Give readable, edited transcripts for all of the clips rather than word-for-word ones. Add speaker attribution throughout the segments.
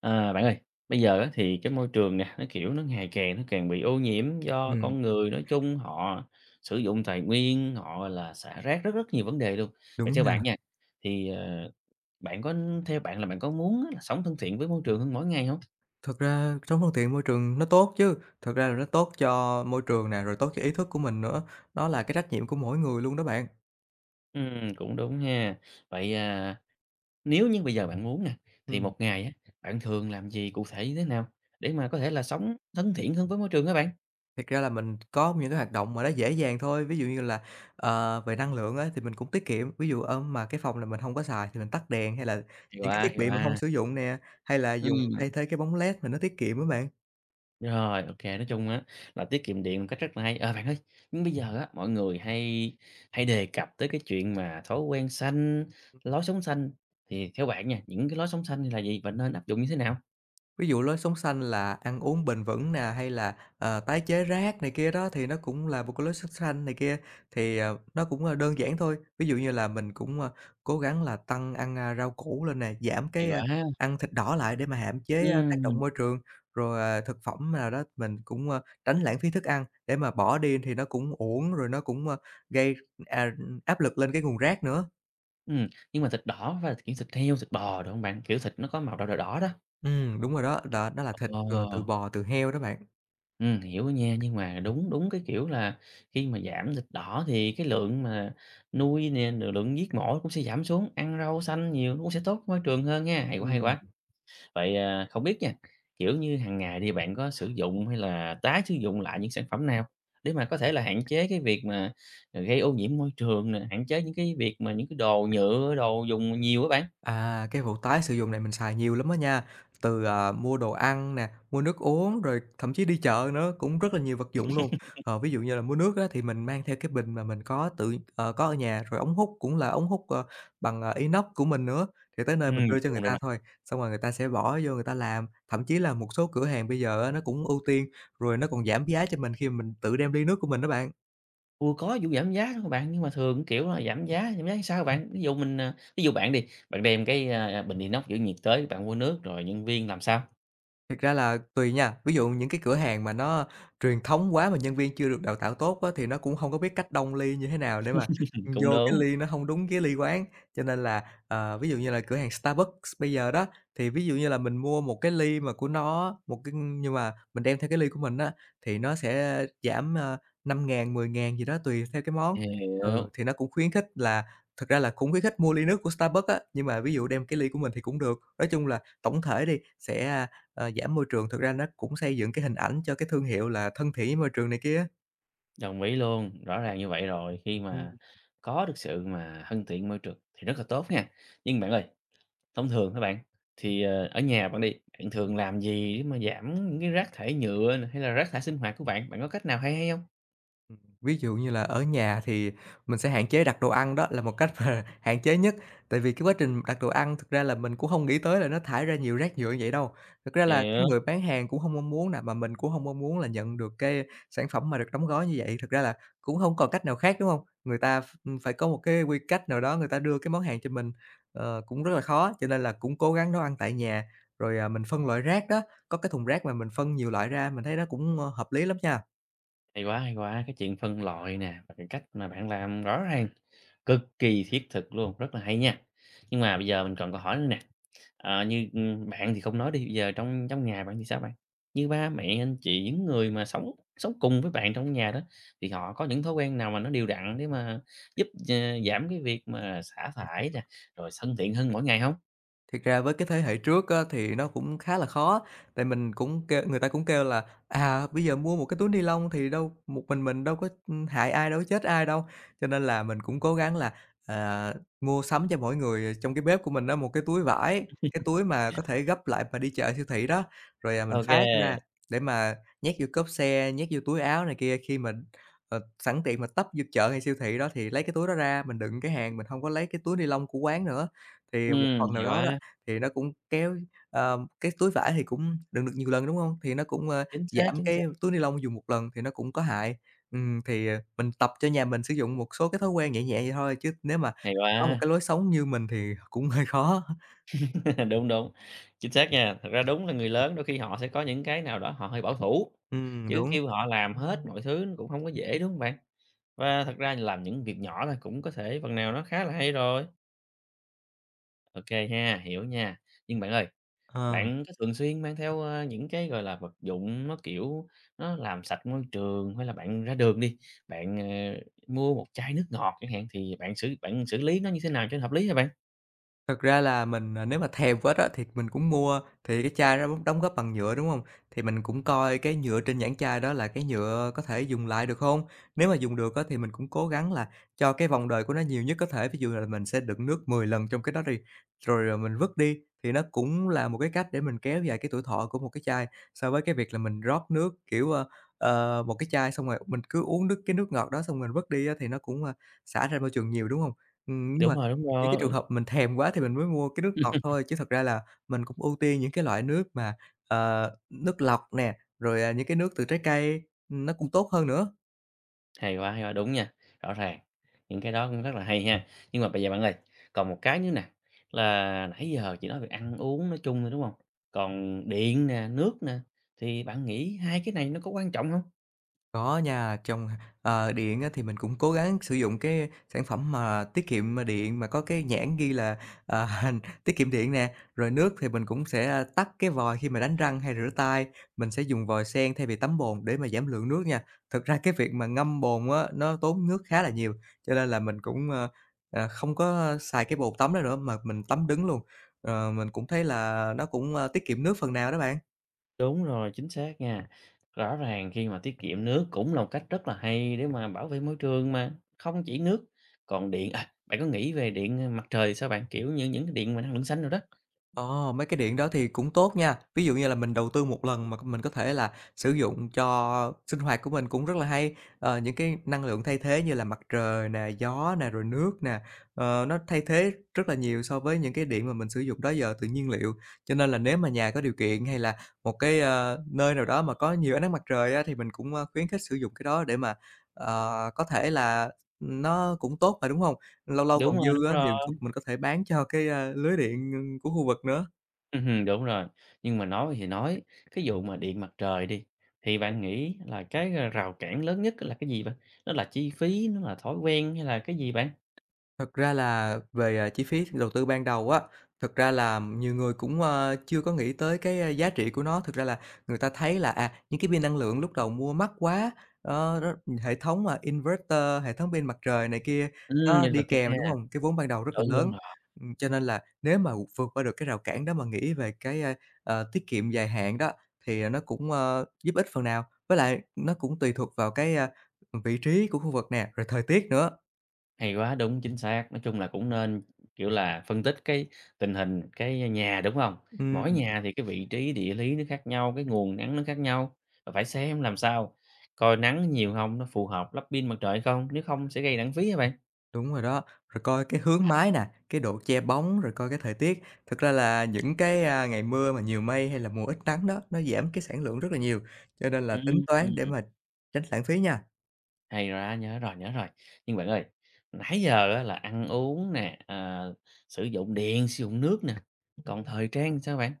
Speaker 1: À, bạn ơi, bây giờ á thì cái môi trường nè, nó ngày càng càng bị ô nhiễm do
Speaker 2: Ừm,
Speaker 1: con người nói chung, họ sử dụng tài nguyên, họ là xả rác rất rất nhiều vấn đề luôn. Vậy
Speaker 2: đúng
Speaker 1: theo bạn
Speaker 2: nha.
Speaker 1: nha, thì, ờ, bạn có theo bạn là bạn có muốn á là sống thân thiện với môi trường hơn mỗi ngày không?
Speaker 2: Thật ra sống thân thiện môi trường nó tốt chứ, thật ra là nó tốt cho môi trường nè, rồi tốt cho ý thức của mình nữa, nó là cái trách nhiệm của mỗi người luôn đó bạn.
Speaker 1: Cũng đúng ha. Vậy, à, nếu như bây giờ bạn muốn nè, thì
Speaker 2: Ừm,
Speaker 1: một ngày á, bạn thường làm gì cụ thể như thế nào để mà có thể là sống thân thiện hơn với môi trường các bạn?
Speaker 2: Thiệt ra là mình có những cái hoạt động mà nó dễ dàng thôi, ví dụ như là, về năng lượng á thì mình cũng tiết kiệm, ví dụ, ở mà cái phòng là mình không có xài thì mình tắt đèn hay là
Speaker 1: Hay
Speaker 2: những cái
Speaker 1: à,
Speaker 2: thiết
Speaker 1: hay
Speaker 2: bị mà không
Speaker 1: à.
Speaker 2: sử dụng nè, hay là
Speaker 1: Ừ.
Speaker 2: dùng thay thế cái bóng led mà nó tiết kiệm á bạn.
Speaker 1: Rồi, ok, nói chung á là tiết kiệm điện một cách rất là hay. Ờ, bạn ơi, nhưng bây giờ á, mọi người hay hay đề cập tới cái chuyện mà thói quen xanh, lối sống xanh, thì theo bạn nha, những cái lối sống xanh là gì và nên áp dụng như thế nào?
Speaker 2: Ví dụ lối sống xanh là ăn uống bền vững nè, hay là, tái chế rác này kia đó, thì nó cũng là một cái lối sống xanh này kia, thì, nó cũng, đơn giản thôi. Ví dụ như là mình cũng, cố gắng là tăng ăn, rau củ lên nè, giảm
Speaker 1: Hay
Speaker 2: cái,
Speaker 1: quá!
Speaker 2: ăn thịt đỏ lại để mà hạn chế, tác động
Speaker 1: Ừm.
Speaker 2: môi trường, rồi, thực phẩm nào đó mình cũng, tránh lãng phí thức ăn để mà bỏ đi thì nó cũng uổng, rồi nó cũng, gây, à, áp lực lên cái nguồn rác nữa.
Speaker 1: Nhưng mà thịt đỏ và kiểu, thịt heo, thịt bò, đúng không bạn? Kiểu, thịt nó có màu đỏ đỏ đỏ đó.
Speaker 2: Đúng rồi đó, đó, đó là thịt,
Speaker 1: Ờ.
Speaker 2: từ bò, từ heo đó bạn.
Speaker 1: Hiểu nha, nhưng mà đúng đúng cái kiểu là khi mà giảm thịt đỏ thì cái lượng mà nuôi nè, rồi lượng giết mổ cũng sẽ giảm xuống, ăn rau xanh nhiều nó cũng sẽ tốt môi trường hơn ha, hay quá, hay
Speaker 2: Ừm.
Speaker 1: quá. Vậy, à, không biết nha, kiểu như, hàng ngày thì bạn có sử dụng hay là tái sử dụng lại những sản phẩm nào để mà có thể là hạn chế cái việc mà, gây ô nhiễm môi trường nè, hạn chế những cái việc mà những cái đồ nhựa, đồ dùng nhiều á bạn?
Speaker 2: À, cái vụ tái sử dụng này mình xài nhiều lắm á nha, từ, mua đồ ăn nè, mua nước uống, rồi thậm chí đi chợ nữa, cũng rất là nhiều vật dụng luôn. Ví dụ như là mua nước á, thì mình mang theo cái bình mà mình có tự có ở nhà, rồi ống hút cũng là ống hút, bằng, inox của mình nữa, thì tới nơi mình đưa cho người
Speaker 1: Đúng, đúng.
Speaker 2: ta thôi, xong rồi người ta sẽ bỏ vô người ta làm. Thậm chí là một số cửa hàng bây giờ á, nó cũng ưu tiên, rồi nó còn giảm giá cho mình khi mà mình tự đem ly nước của mình đó bạn.
Speaker 1: Ủa, có vụ giảm giá thôi bạn, nhưng mà thường, kiểu là, giảm giá làm sao bạn? Ví dụ mình, à, ví dụ bạn đi, bạn đem cái, a, bình inox giữ nhiệt tới, bạn mua nước rồi nhân viên làm sao?
Speaker 2: Thực ra là tùy nha, ví dụ những cái cửa hàng mà nó truyền thống quá mà nhân viên chưa được đào tạo tốt á, thì nó cũng hông có biết cách đong ly như thế nào để mà,
Speaker 1: Cũng
Speaker 2: vô cái
Speaker 1: đúng.
Speaker 2: ly nó hông đúng cái ly quán. Cho nên là, ví dụ như là cửa hàng Starbucks bây giờ đó, thì ví dụ như là mình mua một cái ly mà của nó một cái nhưng mà mình đem theo cái ly của mình á, thì nó sẽ giảm, 5.000, 10.000 gì đó tùy theo cái món. Ừ,
Speaker 1: Hiểu.
Speaker 2: thì nó cũng khuyến khích là thực ra là cũng khuyến khích mua ly nước của Starbucks á, nhưng mà ví dụ đem cái ly của mình thì cũng được. Nói chung là tổng thể đi, sẽ giảm môi trường thực ra nó cũng xây dựng cái hình ảnh cho cái thương hiệu là thân thiện với môi trường này kia.
Speaker 1: Đồng ý luôn, rõ ràng như vậy rồi. Khi
Speaker 2: Ừ,
Speaker 1: mà có được sự mà thân thiện môi trường thì rất là tốt nha. Nhưng bạn ơi, thông thường các bạn, ở nhà bạn đi, bạn thường làm gì để mà giảm những cái rác thải nhựa nè, hay là rác thải sinh hoạt của bạn? Bạn có cách nào hay hay không?
Speaker 2: ví dụ như là ở nhà thì mình sẽ hạn chế đặt đồ ăn, đó là một cách mà hạn chế nhất. Tại vì cái quá trình đặt đồ ăn thực ra là mình cũng không nghĩ tới là nó thải ra nhiều rác nhựa như vậy đâu. Thực ra là
Speaker 1: Hiểu.
Speaker 2: cái người bán hàng cũng không mong muốn nè, mà mình cũng không mong muốn là nhận được cái sản phẩm mà được đóng gói như vậy. Thực ra là cũng không
Speaker 1: Ừm,
Speaker 2: còn cách nào khác, đúng không? Người ta phải có một cái quy cách nào đó người ta đưa cái món hàng cho mình, cũng rất là khó, cho nên là cũng cố gắng nấu ăn tại nhà. Rồi, mình phân loại rác đó, có cái thùng rác mà mình phân nhiều loại ra, mình thấy nó cũng, hợp lý lắm nha.
Speaker 1: hay quá, cái chuyện phân loại nè, và cái cách mà bạn làm rõ ràng cực kỳ thiết thực luôn, rất là hay nha. Nhưng mà bây giờ mình còn câu hỏi nữa nè, bạn thì không nói đi, bây giờ trong trong nhà bạn thì sao bạn? Như ba mẹ, anh chị, những người mà sống sống cùng với bạn trong nhà đó, thì họ có những thói quen nào mà nó đều đặn để mà giúp d giảm cái việc mà xả thải nè, rồi thân thiện hơn mỗi ngày không?
Speaker 2: Thiệt ra với cái thế hệ trước á, thì nó cũng khá là khó, tại mình cũng kêu người ta cũng kêu là, bây giờ mua một cái túi ni lông thì đâu một mình đâu có, hại ai, đâu có chết ai đâu. Cho nên là mình cũng cố gắng là, à, mua sắm cho mỗi người trong cái bếp của mình đó một cái túi vải, cái túi mà có thể gấp lại mà đi chợ siêu thị đó, rồi, mình
Speaker 1: Ok,
Speaker 2: phát
Speaker 1: kê.
Speaker 2: ra để mà nhét vô cốp xe, nhét vô túi áo này kia. Khi mà, sẵn tiện mà tấp vô chợ hay siêu thị đó thì lấy cái túi đó ra, mình đựng cái hàng, mình không có lấy cái túi ni lông của quán nữa. Thì một phần nào
Speaker 1: Hay
Speaker 2: đó đó
Speaker 1: quá,
Speaker 2: thì nó cũng cái túi vải thì cũng đựng được nhiều lần, đúng hông? Thì nó cũng,
Speaker 1: chính xác,
Speaker 2: giảm
Speaker 1: chính xác.
Speaker 2: cái túi ni lông dùng một lần thì nó cũng có hại. Thì, mình tập cho nhà mình sử dụng một số cái thói quen nhẹ nhẹ vậy thôi, chứ nếu mà
Speaker 1: Hay
Speaker 2: có một cái
Speaker 1: quá.
Speaker 2: lối sống như mình thì cũng hơi khó.
Speaker 1: Đúng, đúng, chính xác nha. Thật ra đúng là người lớn đôi khi họ sẽ có những cái nào đó họ hơi bảo thủ, chứ
Speaker 2: Đúng,
Speaker 1: kêu họ làm hết mọi thứ nó cũng không có dễ, đúng không bạn? Và thật ra làm những việc nhỏ là cũng có thể phần nào nó khá là hay rồi. OK ha, hiểu nha. Nhưng bạn ơi,
Speaker 2: ờ.
Speaker 1: bạn có thường xuyên mang theo, những cái, gọi là, vật dụng nó, kiểu, nó làm sạch môi trường hay là bạn ra đường đi, bạn, ờ, mua một chai nước ngọt chẳng hạn, thì bạn xử lý nó như thế nào cho hợp lý hả bạn?
Speaker 2: Thật ra là mình, nếu mà thèm quá đó thì mình cũng mua, thì cái chai đó đóng đóng góp bằng nhựa, đúng không? Thì mình cũng coi cái nhựa trên nhãn chai đó là cái nhựa có thể dùng lại được không? Nếu mà dùng được á, thì mình cũng cố gắng là cho cái vòng đời của nó nhiều nhất có thể, ví dụ là mình sẽ đựng nước 10 lần trong cái đó đi, rồi, mình vứt đi, thì nó cũng là một cái cách để mình kéo dài cái tuổi thọ của một cái chai, so với cái việc là mình rót nước, kiểu, một cái chai xong rồi mình cứ uống nước cái nước ngọt đó xong mình vứt đi á, thì nó cũng, xả ra môi trường nhiều, đúng không? Nhưng
Speaker 1: Đúng
Speaker 2: mà
Speaker 1: rồi, đúng
Speaker 2: những cái trường
Speaker 1: rồi.
Speaker 2: hợp mình thèm quá thì mình mới mua cái nước ngọt thôi, chứ thật ra là mình cũng ưu tiên những cái loại nước mà, nước lọc nè, rồi, những cái nước từ trái cây, nó cũng tốt hơn nữa.
Speaker 1: Hay quá, đúng nha, rõ ràng, những cái đó cũng rất là hay ha. Nhưng mà bây giờ bạn ơi, còn một cái nữa nè, là nãy giờ chỉ nói về ăn uống nói chung thôi, đúng không? Còn điện nè, nước nè, thì bạn nghĩ hai cái này nó có quan trọng không?
Speaker 2: Có nha, trong, điện á thì mình cũng cố gắng sử dụng cái sản phẩm mà tiết kiệm, điện mà có cái nhãn ghi là, ờ, tiết kiệm điện nè. Rồi nước thì mình cũng sẽ, tắt cái vòi khi mà đánh răng hay rửa tay, mình sẽ dùng vòi sen thay vì tắm bồn để mà giảm lượng nước nha. Thực ra cái việc mà ngâm bồn á, nó tốn nước khá là nhiều, cho nên là mình cũng, không có xài cái bồn tắm đó nữa mà mình tắm đứng luôn. Mình cũng thấy là nó cũng, tiết kiệm nước phần nào đó bạn.
Speaker 1: Đúng rồi, chính xác nha. Rõ ràng khi mà tiết kiệm nước cũng là một cách rất là hay để mà bảo vệ môi trường mà, không chỉ nước, còn điện à, bạn có nghĩ về điện, mặt trời sao bạn? Kiểu như những cái điện mà năng lượng xanh rồi đó.
Speaker 2: Ờ, Mấy cái điện đó thì cũng tốt nha. Ví dụ như là mình đầu tư một lần mà mình có thể là sử dụng cho sinh hoạt của mình cũng rất là hay. Ờ, những cái năng lượng thay thế như là mặt trời nè, gió nè, rồi nước nè, nó thay thế rất là nhiều so với những cái điện mà mình sử dụng đó giờ từ nhiên liệu. Cho nên là nếu mà nhà có điều kiện hay là một cái, nơi nào đó mà có nhiều ánh nắng mặt trời á, thì mình cũng, khuyến khích sử dụng cái đó để mà, có thể là nó cũng tốt mà, đúng không? Lâu lâu
Speaker 1: Đúng
Speaker 2: còn dư
Speaker 1: rồi, đúng
Speaker 2: á thì
Speaker 1: rồi.
Speaker 2: mình có thể bán cho cái, lưới điện, của khu vực nữa.
Speaker 1: Ừm, đúng rồi. Nhưng mà nói thì nói, cái vụ mà điện mặt trời đi, thì bạn nghĩ là rào cản lớn nhất là cái gì bạn? Nó là chi phí, nó là thói quen hay là cái gì bạn?
Speaker 2: Thật ra là về, chi phí đầu tư ban đầu á, thật ra là nhiều người cũng, chưa có nghĩ tới cái, giá trị của nó. Thực ra là người ta thấy là, những cái pin năng lượng lúc đầu mua mắc quá, đó hệ thống, inverter, hệ thống pin mặt trời này kia, đó,
Speaker 1: Nhìn
Speaker 2: đi
Speaker 1: vật thực
Speaker 2: kèm, đúng
Speaker 1: ha.
Speaker 2: không? Cái vốn ban đầu rất là
Speaker 1: Đúng, đúng
Speaker 2: lớn.
Speaker 1: rồi.
Speaker 2: Cho nên là nếu mà vượt qua được cái rào cản đó mà nghĩ về cái, tiết kiệm dài hạn đó, thì nó cũng, giúp ích phần nào. Với lại nó cũng tùy thuộc vào cái, vị trí của khu vực nè, rồi thời tiết nữa.
Speaker 1: Hay quá, đúng, chính xác. Nói chung là cũng nên, kiểu là, phân tích cái tình hình cái nhà, đúng hông? Mỗi
Speaker 2: Ừm.
Speaker 1: nhà thì cái vị trí địa lý nó khác nhau, cái nguồn nắng nó khác nhau, và phải xem làm sao coi nắng nhiều hông, nó phù hợp lắp pin mặt trời hay không, nếu không sẽ gây lãng phí á bạn.
Speaker 2: Đúng rồi đó, rồi coi cái hướng
Speaker 1: À.
Speaker 2: mái nè, cái độ che bóng, rồi coi cái thời tiết. Thực ra là những cái, ngày mưa mà nhiều mây hay là mùa ít nắng đó, nó giảm cái sản lượng rất là nhiều, cho nên là tính toán để
Speaker 1: Ừm.
Speaker 2: mà tránh lãng phí nha.
Speaker 1: Hay ra nhớ rồi, nhớ rồi. Nhưng bạn ơi, nãy giờ á là ăn uống nè, sử dụng điện, sử dụng nước nè, còn thời trang sao bạn?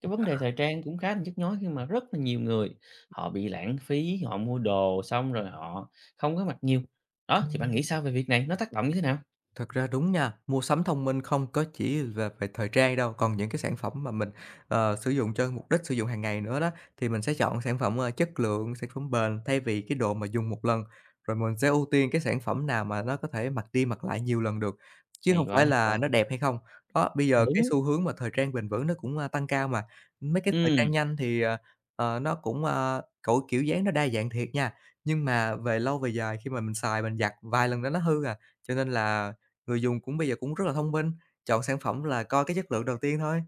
Speaker 1: Cái vấn đề thời trang cũng khá là nhức nhối khi mà rất là nhiều người họ bị lãng phí, họ mua đồ xong rồi họ không có mặc nhiều. Đó, thì bạn nghĩ sao về việc này? Nó tác động như thế nào?
Speaker 2: Thật ra đúng nha, mua sắm thông minh không có chỉ là về thời trang đâu, còn những cái sản phẩm mà mình, sử dụng cho mục đích sử dụng hàng ngày nữa đó, thì mình sẽ chọn sản phẩm, chất lượng, sản phẩm bền thay vì cái đồ mà dùng một lần. Rồi mình sẽ ưu tiên cái sản phẩm nào mà nó có thể mặc đi mặc lại nhiều lần được, chứ
Speaker 1: Hay
Speaker 2: không
Speaker 1: quá,
Speaker 2: phải
Speaker 1: hay quá.
Speaker 2: là nó đẹp hay không. Đó, bây giờ cái
Speaker 1: Đúng.
Speaker 2: xu hướng mà thời trang bền vững nó cũng, tăng cao mà, mấy cái thời trang
Speaker 1: Ừm.
Speaker 2: nhanh thì, nó cũng, cỗi kiểu dáng nó đa dạng thiệt nha, nhưng mà về lâu về dài khi mà mình xài mình giặt vài lần là nó hư à, cho nên là người dùng cũng bây giờ cũng rất là thông minh, chọn sản phẩm là coi cái chất lượng đầu tiên thôi.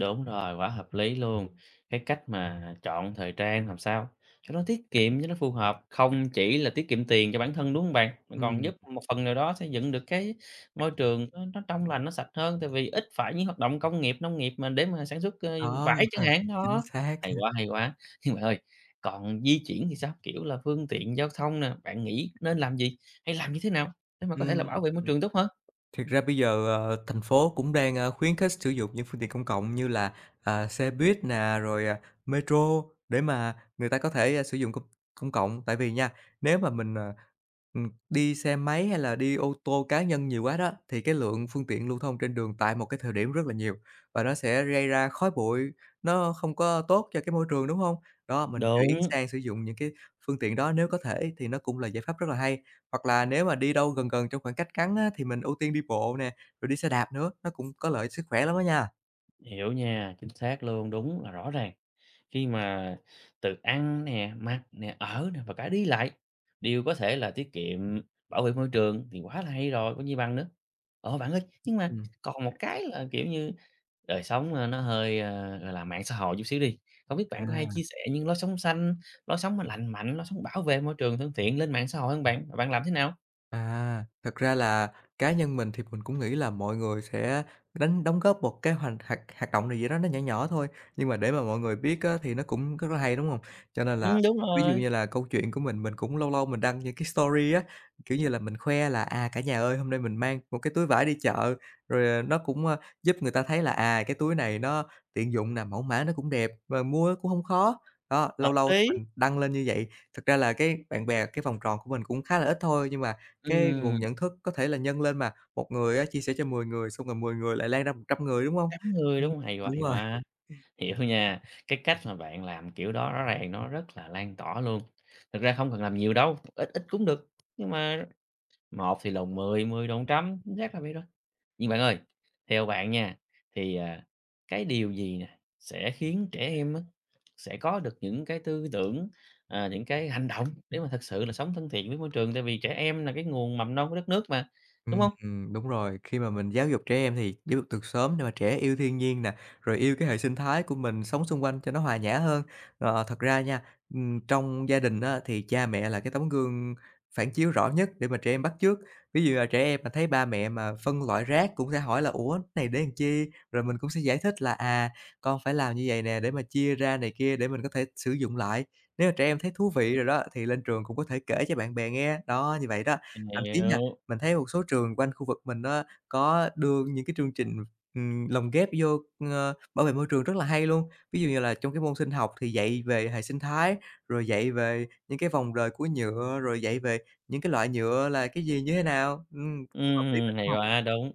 Speaker 1: Đúng rồi, quá hợp lý luôn. Cái cách mà chọn thời trang làm sao cho nó tiết kiệm, cho nó phù hợp, không chỉ là tiết kiệm tiền cho bản thân, đúng không bạn? Mà còn
Speaker 2: Ừm,
Speaker 1: giúp một phần nào đó xây dựng được cái môi trường nó trong lành, nó sạch hơn, tại vì ít phải những hoạt động công nghiệp, nông nghiệp mà để mà sản xuất,
Speaker 2: đó,
Speaker 1: vải chẳng hạn,
Speaker 2: chính
Speaker 1: đó.
Speaker 2: xác.
Speaker 1: Hay quá, hay quá! Nhưng bạn ơi, còn di chuyển thì sao? Kiểu là phương tiện giao thông nè, bạn nghĩ nên làm gì, hay làm như thế nào để mà có thể
Speaker 2: Ừm.
Speaker 1: là bảo vệ môi trường tốt hơn?
Speaker 2: Thực ra bây giờ, thành phố cũng đang, khuyến khích sử dụng những phương tiện công cộng như là, xe buýt nè, rồi, metro để mà người ta có thể, sử dụng công công cộng. Tại vì nha, nếu mà mình, đi xe máy hay là đi ô tô cá nhân nhiều quá đó, thì cái lượng phương tiện lưu thông trên đường tại một cái thời điểm rất là nhiều và nó sẽ gây ra khói bụi, nó không có tốt cho cái môi trường, đúng không? Đó, mình chuyển
Speaker 1: Đúng,
Speaker 2: sang sử dụng những cái phương tiện đó nếu có thể thì nó cũng là giải pháp rất là hay. Hoặc là nếu mà đi đâu gần gần trong khoảng cách ngắn á, thì mình ưu tiên đi bộ nè, rồi đi xe đạp nữa, nó cũng có lợi sức khỏe lắm đó nha.
Speaker 1: hiểu nha, chính xác luôn, đúng là rõ ràng. Khi mà từ ăn nè, mặc nè, ở nè và cả đi lại đều có thể là tiết kiệm, bảo vệ môi trường thì quá là hay rồi, có gì bằng nữa. Ờ, bạn ơi, nhưng mà
Speaker 2: Ừm.
Speaker 1: còn một cái là, kiểu như, đời sống, nó hơi, gọi là, mạng xã hội chút xíu đi, không biết bạn có hay chia
Speaker 2: À.
Speaker 1: sẻ những lối sống xanh, lối sống mà lành mạnh, lối sống bảo vệ môi trường thân thiện lên mạng xã hội không bạn? Và bạn làm thế nào?
Speaker 2: À, thật ra là cá nhân mình thì mình cũng nghĩ là mọi người sẽ đánh đóng góp một cái hoạt hoạt hoạt động này gì đó nó nhỏ nhỏ thôi, nhưng mà để mà mọi người biết á thì nó cũng rất là hay, đúng không? Cho nên là
Speaker 1: Đúng
Speaker 2: ví dụ
Speaker 1: rồi,
Speaker 2: như là câu chuyện của mình cũng lâu lâu mình đăng những cái story á, kiểu như là, mình khoe là "À, cả nhà ơi, hôm nay mình mang một cái túi vải đi chợ." Rồi, nó cũng, giúp người ta thấy là, cái túi này nó tiện dụng nè, mẫu mã nó cũng đẹp và mua cũng không khó. Đó,
Speaker 1: hợp
Speaker 2: lâu lâu
Speaker 1: lý.
Speaker 2: mình đăng lên như vậy. Thật ra là cái bạn bè, cái vòng tròn của mình cũng khá là ít thôi, nhưng mà cái nguồn
Speaker 1: Ừm,
Speaker 2: nhận thức có thể là nhân lên mà, một người á chia sẻ cho 10 người, xong rồi 10 người lại lan ra 100 người, đúng hông?
Speaker 1: ngắm người,
Speaker 2: Ừm,
Speaker 1: đúng không, hay quá,
Speaker 2: đúng
Speaker 1: hay
Speaker 2: rồi.
Speaker 1: quá. Hiểu nha, cái cách mà bạn làm kiểu đó rõ ràng nó rất là lan tỏa luôn. Thực ra không cần làm nhiều đâu, ít ít cũng được, nhưng mà một thì lồng 10, 10 đồng trăm, chính xác là vậy rồi. Nhưng bạn ơi, theo bạn nha, thì, à, cái điều gì nè sẽ khiến trẻ em á, sẽ có được những cái tư tưởng, những cái hành động để mà thực sự là sống thân thiện với môi trường? Tại vì trẻ em là cái nguồn mầm non của đất nước mà, đúng không?
Speaker 2: Đúng rồi. Khi mà mình giáo dục trẻ em thì giáo dục từ sớm để mà trẻ yêu thiên nhiên nè, rồi yêu cái hệ sinh thái của mình sống xung quanh cho nó hòa nhã hơn. Ờ, thật ra nha, trong gia đình á, thì cha mẹ là cái tấm gương phản chiếu rõ nhất để mà trẻ em bắt chước. Ví dụ là trẻ em mà thấy ba mẹ mà phân loại rác cũng sẽ hỏi là "Ủa, cái này để làm chi?" Rồi mình cũng sẽ giải thích là "À, con phải làm như vậy nè để mà chia ra này kia để mình có thể sử dụng lại." Nếu mà trẻ em thấy thú vị rồi đó, thì lên trường cũng có thể kể cho bạn bè nghe. Đó, như vậy đó. Thậm chí nha,
Speaker 1: Hiểu.
Speaker 2: mình thấy một số trường quanh khu vực mình đó có đưa những cái chương trình, lồng ghép vô, bảo vệ môi trường rất là hay luôn. Ví dụ như là trong cái môn sinh học thì dạy về hệ sinh thái, rồi dạy về những cái vòng đời của nhựa, rồi dạy về những cái loại nhựa là cái gì, như thế nào. Cũng hợp lý mà,
Speaker 1: Ừm,
Speaker 2: đúng
Speaker 1: hay
Speaker 2: không?
Speaker 1: quá, đúng.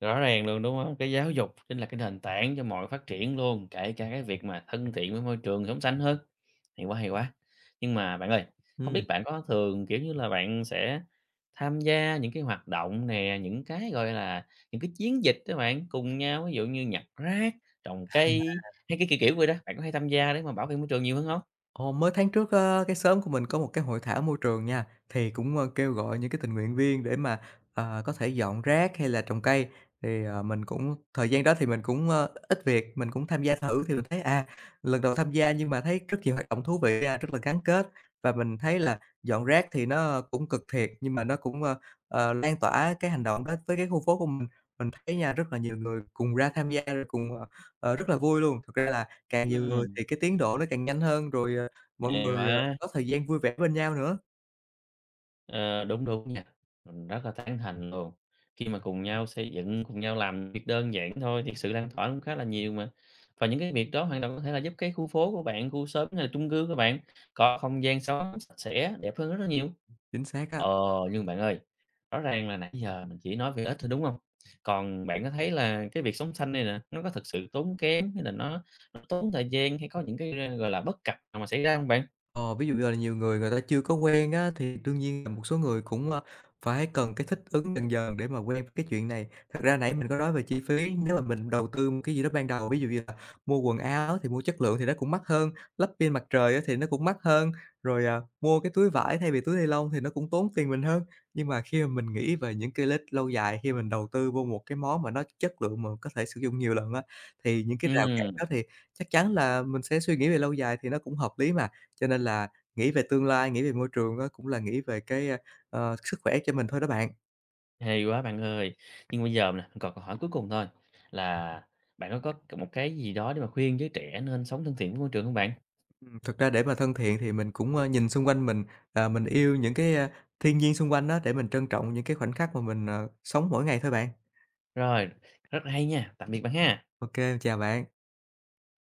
Speaker 1: Rõ ràng luôn, đúng không? Cái giáo dục chính là cái nền tảng cho mọi phát triển luôn, kể cả cái việc mà thân thiện với môi trường, sống xanh hơn. Hay quá, hay quá! Nhưng mà bạn ơi, không
Speaker 2: Ừm.
Speaker 1: biết bạn có thường, kiểu như là, bạn sẽ tham gia những cái hoạt động nè, những cái, gọi là, những cái chiến dịch các bạn, cùng nhau, ví dụ như nhặt rác, trồng cây, hay cái kiểu, kiểu vậy đó, bạn có hay tham gia để mà bảo vệ môi trường nhiều hơn không?
Speaker 2: Ồ, mới tháng trước á, cái xóm của mình có một cái hội thảo môi trường nha, thì cũng kêu gọi những cái tình nguyện viên để mà có thể dọn rác hay là trồng cây. Thì mình cũng thời gian đó thì mình cũng ít việc, mình cũng tham gia thử thì mình thấy à, lần đầu tham gia nhưng mà thấy rất nhiều hoạt động thú vị nha, rất là gắn kết và mình thấy là dọn rác thì nó cũng cực thiệt nhưng mà nó cũng lan tỏa cái hành động đó tới cái khu phố của mình. Mình thấy nha rất là nhiều người cùng ra tham gia rồi cùng rất là vui luôn. Thực ra là càng nhiều người
Speaker 1: Ừm,
Speaker 2: thì cái tiến độ nó càng nhanh hơn rồi ờ, Mọi
Speaker 1: hay
Speaker 2: người,
Speaker 1: quá!
Speaker 2: có thời gian vui vẻ bên nhau nữa.
Speaker 1: Ờ, đúng, đúng nha, mình rất là tán thành luôn. Khi mà cùng nhau xây dựng, cùng nhau làm việc đơn giản thôi thì sự lan tỏa cũng khá là nhiều mà. Và những cái việc đó hoàn toàn có thể là giúp cái khu phố của bạn, khu xóm hay là chung cư của bạn có không gian sống sạch sẽ, đẹp hơn rất là nhiều.
Speaker 2: Chính xác á.
Speaker 1: Ờ, nhưng bạn ơi, rõ ràng là nãy giờ mình chỉ nói về ít thôi, đúng không? Còn bạn có thấy là cái việc sống xanh này nè, nó có thực sự tốn kém hay là nó tốn thời gian hay có những cái, gọi là, bất cập nào mà xảy ra không bạn?
Speaker 2: Ờ, ví dụ như là nhiều người, người ta chưa có quen á, thì đương nhiên là một số người cũng, phải cần cái thích ứng dần dần để mà quen với cái chuyện này. Thật ra nãy mình có nói về chi phí, nếu mà mình đầu tư một cái gì đó ban đầu, ví dụ như là mua quần áo thì mua chất lượng thì nó cũng mắc hơn, lắp pin mặt trời á thì nó cũng mắc hơn, rồi, mua cái túi vải thay vì túi ni lông thì nó cũng tốn tiền mình hơn. Nhưng mà khi mà mình nghĩ về những cái lợi ích lâu dài, khi mình đầu tư vô một cái món mà nó chất lượng mà có thể sử dụng nhiều lần á, thì những cái rào cản
Speaker 1: Ừm.
Speaker 2: đó thì chắc chắn là mình sẽ suy nghĩ về lâu dài thì nó cũng hợp lý mà. Cho nên là nghĩ về tương lai, nghĩ về môi trường á, cũng là nghĩ về cái, sức khỏe cho mình thôi đó bạn.
Speaker 1: Hay quá bạn ơi! Nhưng bây giờ nè, mình còn câu hỏi cuối cùng thôi, là bạn có một cái gì đó để mà khuyên giới trẻ nên sống thân thiện với môi trường không bạn?
Speaker 2: Thực ra để mà thân thiện thì mình cũng, nhìn xung quanh mình, mình yêu những cái, thiên nhiên xung quanh đó để mình trân trọng những cái khoảnh khắc mà mình, sống mỗi ngày thôi bạn.
Speaker 1: Rồi, rất là hay nha, tạm biệt bạn ha!
Speaker 2: Ok, chào bạn.